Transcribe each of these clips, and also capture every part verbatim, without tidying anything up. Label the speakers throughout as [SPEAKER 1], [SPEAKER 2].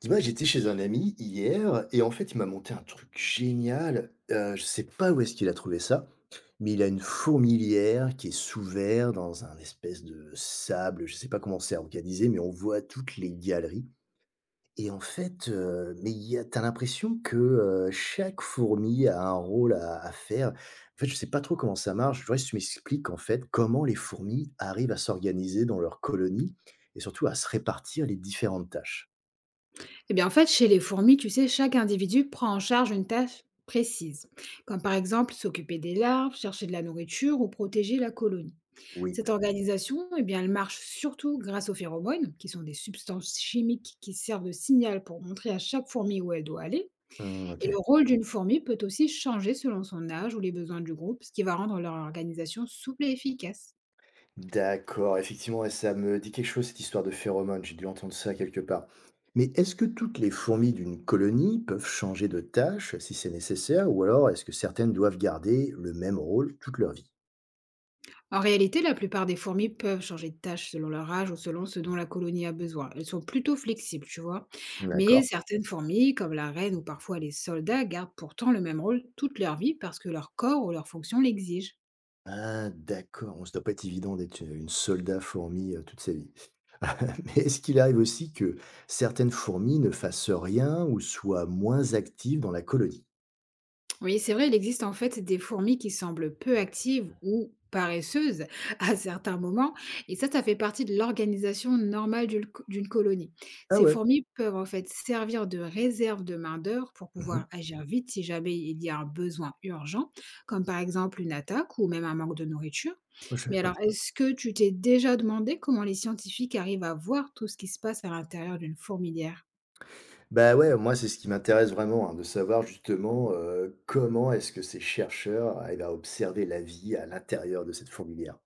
[SPEAKER 1] Dis-moi, j'étais chez un ami hier et en fait, il m'a monté un truc génial. Euh, je sais pas où est-ce qu'il a trouvé ça, mais il a une fourmilière qui est sous verre dans un espèce de sable. Je sais pas comment c'est organisé, mais on voit toutes les galeries. Et en fait, euh, mais il y a, t'as l'impression que euh, chaque fourmi a un rôle à, à faire. En fait, je sais pas trop comment ça marche. Je voudrais que tu m'expliques en fait comment les fourmis arrivent à s'organiser dans leur colonie et surtout à se répartir les différentes tâches.
[SPEAKER 2] Eh bien, en fait, chez les fourmis, tu sais, chaque individu prend en charge une tâche précise, comme par exemple s'occuper des larves, chercher de la nourriture ou protéger la colonie.
[SPEAKER 1] Oui.
[SPEAKER 2] Cette organisation, eh bien, elle marche surtout grâce aux phéromones, qui sont des substances chimiques qui servent de signal pour montrer à chaque fourmi où elle doit aller.
[SPEAKER 1] Hmm, ok.
[SPEAKER 2] Et le rôle d'une fourmi peut aussi changer selon son âge ou les besoins du groupe, ce qui va rendre leur organisation souple et efficace.
[SPEAKER 1] D'accord, effectivement, ouais, ça me dit quelque chose, cette histoire de phéromones. J'ai dû entendre ça quelque part. Mais est-ce que toutes les fourmis d'une colonie peuvent changer de tâche si c'est nécessaire, ou alors est-ce que certaines doivent garder le même rôle toute leur vie?
[SPEAKER 2] En réalité, la plupart des fourmis peuvent changer de tâche selon leur âge ou selon ce dont la colonie a besoin. Elles sont plutôt flexibles, tu vois. Mais
[SPEAKER 1] D'accord.
[SPEAKER 2] certaines fourmis, comme la reine ou parfois les soldats, gardent pourtant le même rôle toute leur vie parce que leur corps ou leur fonction l'exige.
[SPEAKER 1] Ah, d'accord. Bon, ça doit pas être évident d'être une soldat fourmi euh, toute sa vie. Mais est-ce qu'il arrive aussi que certaines fourmis ne fassent rien ou soient moins actives dans la colonie?
[SPEAKER 2] Oui, c'est vrai, il existe en fait des fourmis qui semblent peu actives ou paresseuses à certains moments, et ça, ça fait partie de l'organisation normale d'une co- d'une colonie.
[SPEAKER 1] Ah
[SPEAKER 2] Ces
[SPEAKER 1] ouais.
[SPEAKER 2] fourmis peuvent en fait servir de réserve de main-d'œuvre pour
[SPEAKER 1] Mhm.
[SPEAKER 2] pouvoir agir vite si jamais il y a un besoin urgent, comme par exemple une attaque ou même un manque de nourriture.
[SPEAKER 1] Moi, je savais
[SPEAKER 2] Mais
[SPEAKER 1] pas.
[SPEAKER 2] alors, est-ce que tu t'es déjà demandé comment les scientifiques arrivent à voir tout ce qui se passe à l'intérieur d'une fourmilière?
[SPEAKER 1] Bah, ouais, moi, c'est ce qui m'intéresse vraiment, hein, de savoir justement, heu, comment est-ce que ces chercheurs arrivent à observer la vie à l'intérieur de cette fourmilière.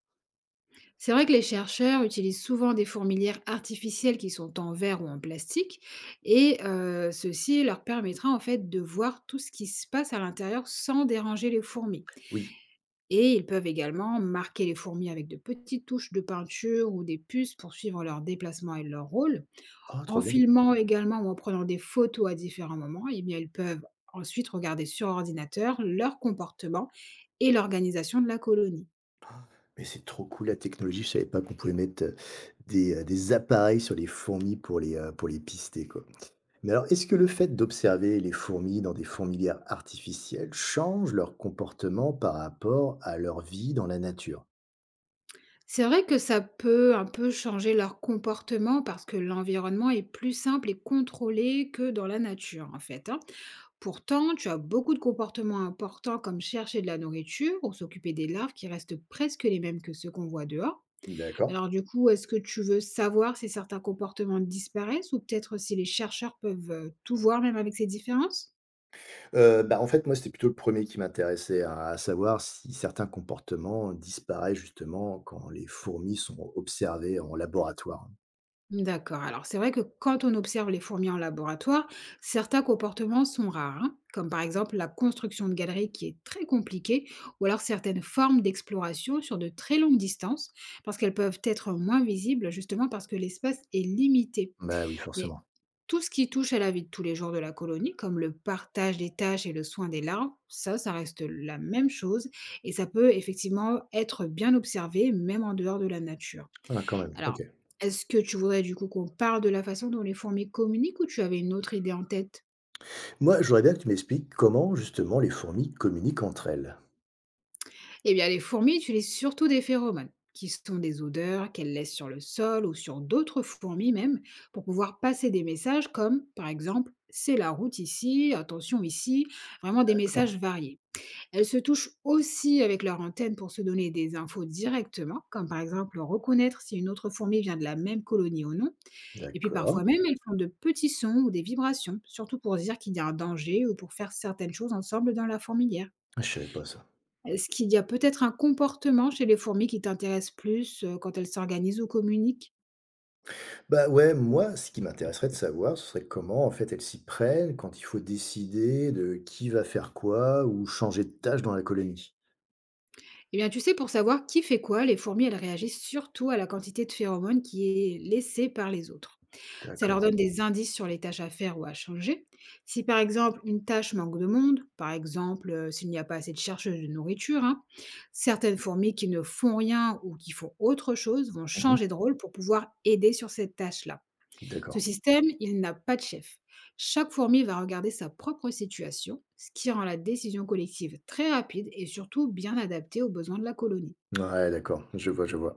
[SPEAKER 2] C'est vrai que les chercheurs utilisent souvent des fourmilières artificielles qui sont en verre ou en plastique et heu, ceci leur permettra en fait de voir tout ce qui se passe à l'intérieur sans déranger les fourmis,
[SPEAKER 1] Oui.
[SPEAKER 2] et ils peuvent également marquer les fourmis avec de petites touches de peinture ou des puces pour suivre leurs déplacements et leur rôle.
[SPEAKER 1] Oh,
[SPEAKER 2] En
[SPEAKER 1] trop bien.
[SPEAKER 2] filmant également ou en prenant des photos à différents moments, et bien ils peuvent ensuite regarder sur ordinateur leur comportement et l'organisation de la colonie.
[SPEAKER 1] Mais c'est trop cool la technologie, je savais pas qu'on pouvait mettre, heu, des, heu, des appareils sur les fourmis pour les, heu, pour les pister, quoi. Mais alors, est-ce que le fait d'observer les fourmis dans des fourmilières artificielles change leur comportement par rapport à leur vie dans la nature?
[SPEAKER 2] C'est vrai que ça peut un peu changer leur comportement parce que l'environnement est plus simple et contrôlé que dans la nature, en fait, hein. Pourtant, tu as beaucoup de comportements importants comme chercher de la nourriture ou s'occuper des larves qui restent presque les mêmes que ceux qu'on voit dehors.
[SPEAKER 1] D'accord.
[SPEAKER 2] Alors du coup, est-ce que tu veux savoir si certains comportements disparaissent ou peut-être si les chercheurs peuvent euh, tout voir même avec ces différences?
[SPEAKER 1] Heu, bah, en fait, moi, c'était plutôt le premier qui m'intéressait, à à savoir si certains comportements disparaissent justement quand les fourmis sont observées en laboratoire.
[SPEAKER 2] D'accord. Alors, c'est vrai que quand on observe les fourmis en laboratoire, certains comportements sont rares, hein, comme par exemple la construction de galeries qui est très compliquée, ou alors certaines formes d'exploration sur de très longues distances, parce qu'elles peuvent être moins visibles justement parce que l'espace est limité.
[SPEAKER 1] Bah, oui,
[SPEAKER 2] Mais
[SPEAKER 1] forcément.
[SPEAKER 2] tout ce qui touche à la vie de tous les jours de la colonie, comme le partage des tâches et le soin des larves, ça, ça reste la même chose, et ça peut effectivement être bien observé, même en dehors de la nature.
[SPEAKER 1] Ah, quand même, OK.
[SPEAKER 2] Alors, est-ce que tu voudrais du coup qu'on parle de la façon dont les fourmis communiquent ou tu avais une autre idée en tête?
[SPEAKER 1] Moi, je voudrais bien que tu m'expliques comment justement les fourmis communiquent entre elles.
[SPEAKER 2] Eh bien, les fourmis utilisent surtout des phéromones, qui sont des odeurs qu'elles laissent sur le sol ou sur d'autres fourmis même, pour pouvoir passer des messages comme, par exemple, c'est la route ici, attention ici, vraiment des
[SPEAKER 1] D'accord,
[SPEAKER 2] messages variés. Elles se touchent aussi avec leur antenne pour se donner des infos directement, comme par exemple reconnaître si une autre fourmi vient de la même colonie ou non. Et puis parfois
[SPEAKER 1] d'accord.
[SPEAKER 2] même, elles font de petits sons ou des vibrations, surtout pour dire qu'il y a un danger ou pour faire certaines choses ensemble dans la fourmilière.
[SPEAKER 1] Ah, je savais pas ça.
[SPEAKER 2] Est-ce qu'il y a peut-être un comportement chez les fourmis qui t'intéresse plus euh, quand elles s'organisent ou communiquent?
[SPEAKER 1] Bah, ouais, moi, ce qui m'intéresserait de savoir, ce serait comment, en fait, elles s'y prennent quand il faut décider de qui va faire quoi ou changer de tâche dans la colonie.
[SPEAKER 2] Eh bien, tu sais, pour savoir qui fait quoi, les fourmis, elles réagissent surtout à la quantité de phéromones qui est laissée par les autres. Ça leur
[SPEAKER 1] D'accord.
[SPEAKER 2] donne des indices sur les tâches à faire ou à changer. Si par exemple une tâche manque de monde, par exemple euh, s'il n'y a pas assez de chercheuses de nourriture, hein, certaines fourmis qui ne font rien ou qui font autre chose vont
[SPEAKER 1] Mmh.
[SPEAKER 2] changer de rôle pour pouvoir aider sur cette tâche-là. Ce
[SPEAKER 1] D'accord.
[SPEAKER 2] système, il n'a pas de chef. Chaque fourmi va regarder sa propre situation, ce qui rend la décision collective très rapide et surtout bien adaptée aux besoins de la colonie.
[SPEAKER 1] Ouais, d'accord, je vois, je vois.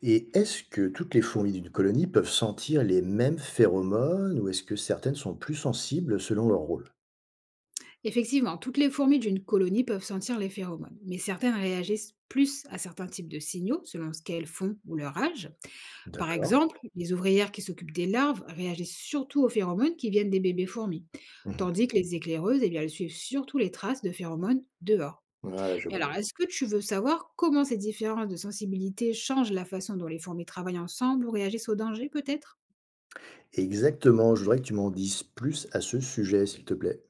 [SPEAKER 1] Et est-ce que toutes les fourmis d'une colonie peuvent sentir les mêmes phéromones ou est-ce que certaines sont plus sensibles selon leur rôle?
[SPEAKER 2] Effectivement, toutes les fourmis d'une colonie peuvent sentir les phéromones, mais certaines réagissent plus à certains types de signaux selon ce qu'elles font ou leur âge. Par
[SPEAKER 1] D'accord.
[SPEAKER 2] exemple, les ouvrières qui s'occupent des larves réagissent surtout aux phéromones qui viennent des bébés fourmis,
[SPEAKER 1] Mhm.
[SPEAKER 2] tandis que les éclaireuses, eh bien, elles suivent surtout les traces de phéromones dehors.
[SPEAKER 1] Ouais, je
[SPEAKER 2] Mais
[SPEAKER 1] vois.
[SPEAKER 2] alors, est-ce que tu veux savoir comment ces différences de sensibilité changent la façon dont les fourmis travaillent ensemble ou réagissent au danger peut-être?
[SPEAKER 1] Exactement, je voudrais que tu m'en dises plus à ce sujet, s'il te plaît.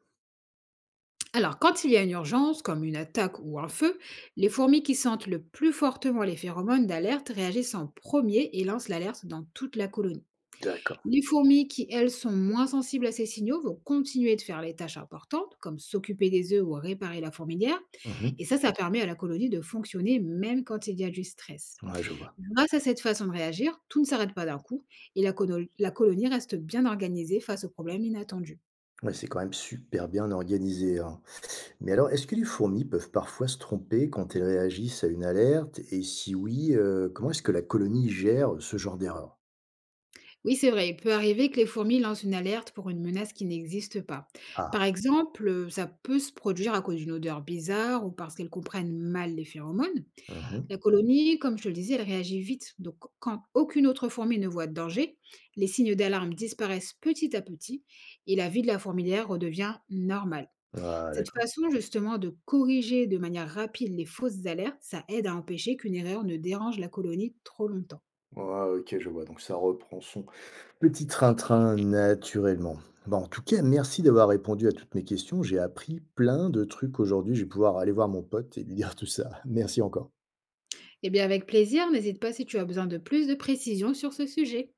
[SPEAKER 2] Alors, quand il y a une urgence, comme une attaque ou un feu, les fourmis qui sentent le plus fortement les phéromones d'alerte réagissent en premier et lancent l'alerte dans toute la colonie.
[SPEAKER 1] D'accord.
[SPEAKER 2] Les fourmis qui, elles, sont moins sensibles à ces signaux vont continuer de faire les tâches importantes, comme s'occuper des œufs ou réparer la fourmilière.
[SPEAKER 1] Mhm.
[SPEAKER 2] Et ça, ça permet à la colonie de fonctionner même quand il y a du stress.
[SPEAKER 1] Ouais, je vois.
[SPEAKER 2] Grâce à cette façon de réagir, tout ne s'arrête pas d'un coup et la, cono- la colonie reste bien organisée face aux problèmes inattendus.
[SPEAKER 1] Ouais, c'est quand même super bien organisé, hein. Mais alors, est-ce que les fourmis peuvent parfois se tromper quand elles réagissent à une alerte? Et si oui, euh, comment est-ce que la colonie gère ce genre d'erreur?
[SPEAKER 2] Oui, c'est vrai, il peut arriver que les fourmis lancent une alerte pour une menace qui n'existe pas. Par
[SPEAKER 1] Ah.
[SPEAKER 2] exemple, euh, ça peut se produire à cause d'une odeur bizarre ou parce qu'elles comprennent mal les phéromones.
[SPEAKER 1] Mhm.
[SPEAKER 2] La colonie, comme je te le disais, elle réagit vite. Donc, quand aucune autre fourmi ne voit de danger, les signes d'alarme disparaissent petit à petit et la vie de la fourmilière redevient normale.
[SPEAKER 1] Ah,
[SPEAKER 2] Cette
[SPEAKER 1] d'accord.
[SPEAKER 2] façon, justement, de corriger de manière rapide les fausses alertes, ça aide à empêcher qu'une erreur ne dérange la colonie trop longtemps.
[SPEAKER 1] Ouais, ok, je vois. Donc ça reprend son petit train-train, naturellement. Bon, en tout cas, merci d'avoir répondu à toutes mes questions. J'ai appris plein de trucs aujourd'hui. Je vais pouvoir aller voir mon pote et lui dire tout ça. Merci encore.
[SPEAKER 2] Eh bien, avec plaisir, n'hésite pas si tu as besoin de plus de précisions sur ce sujet.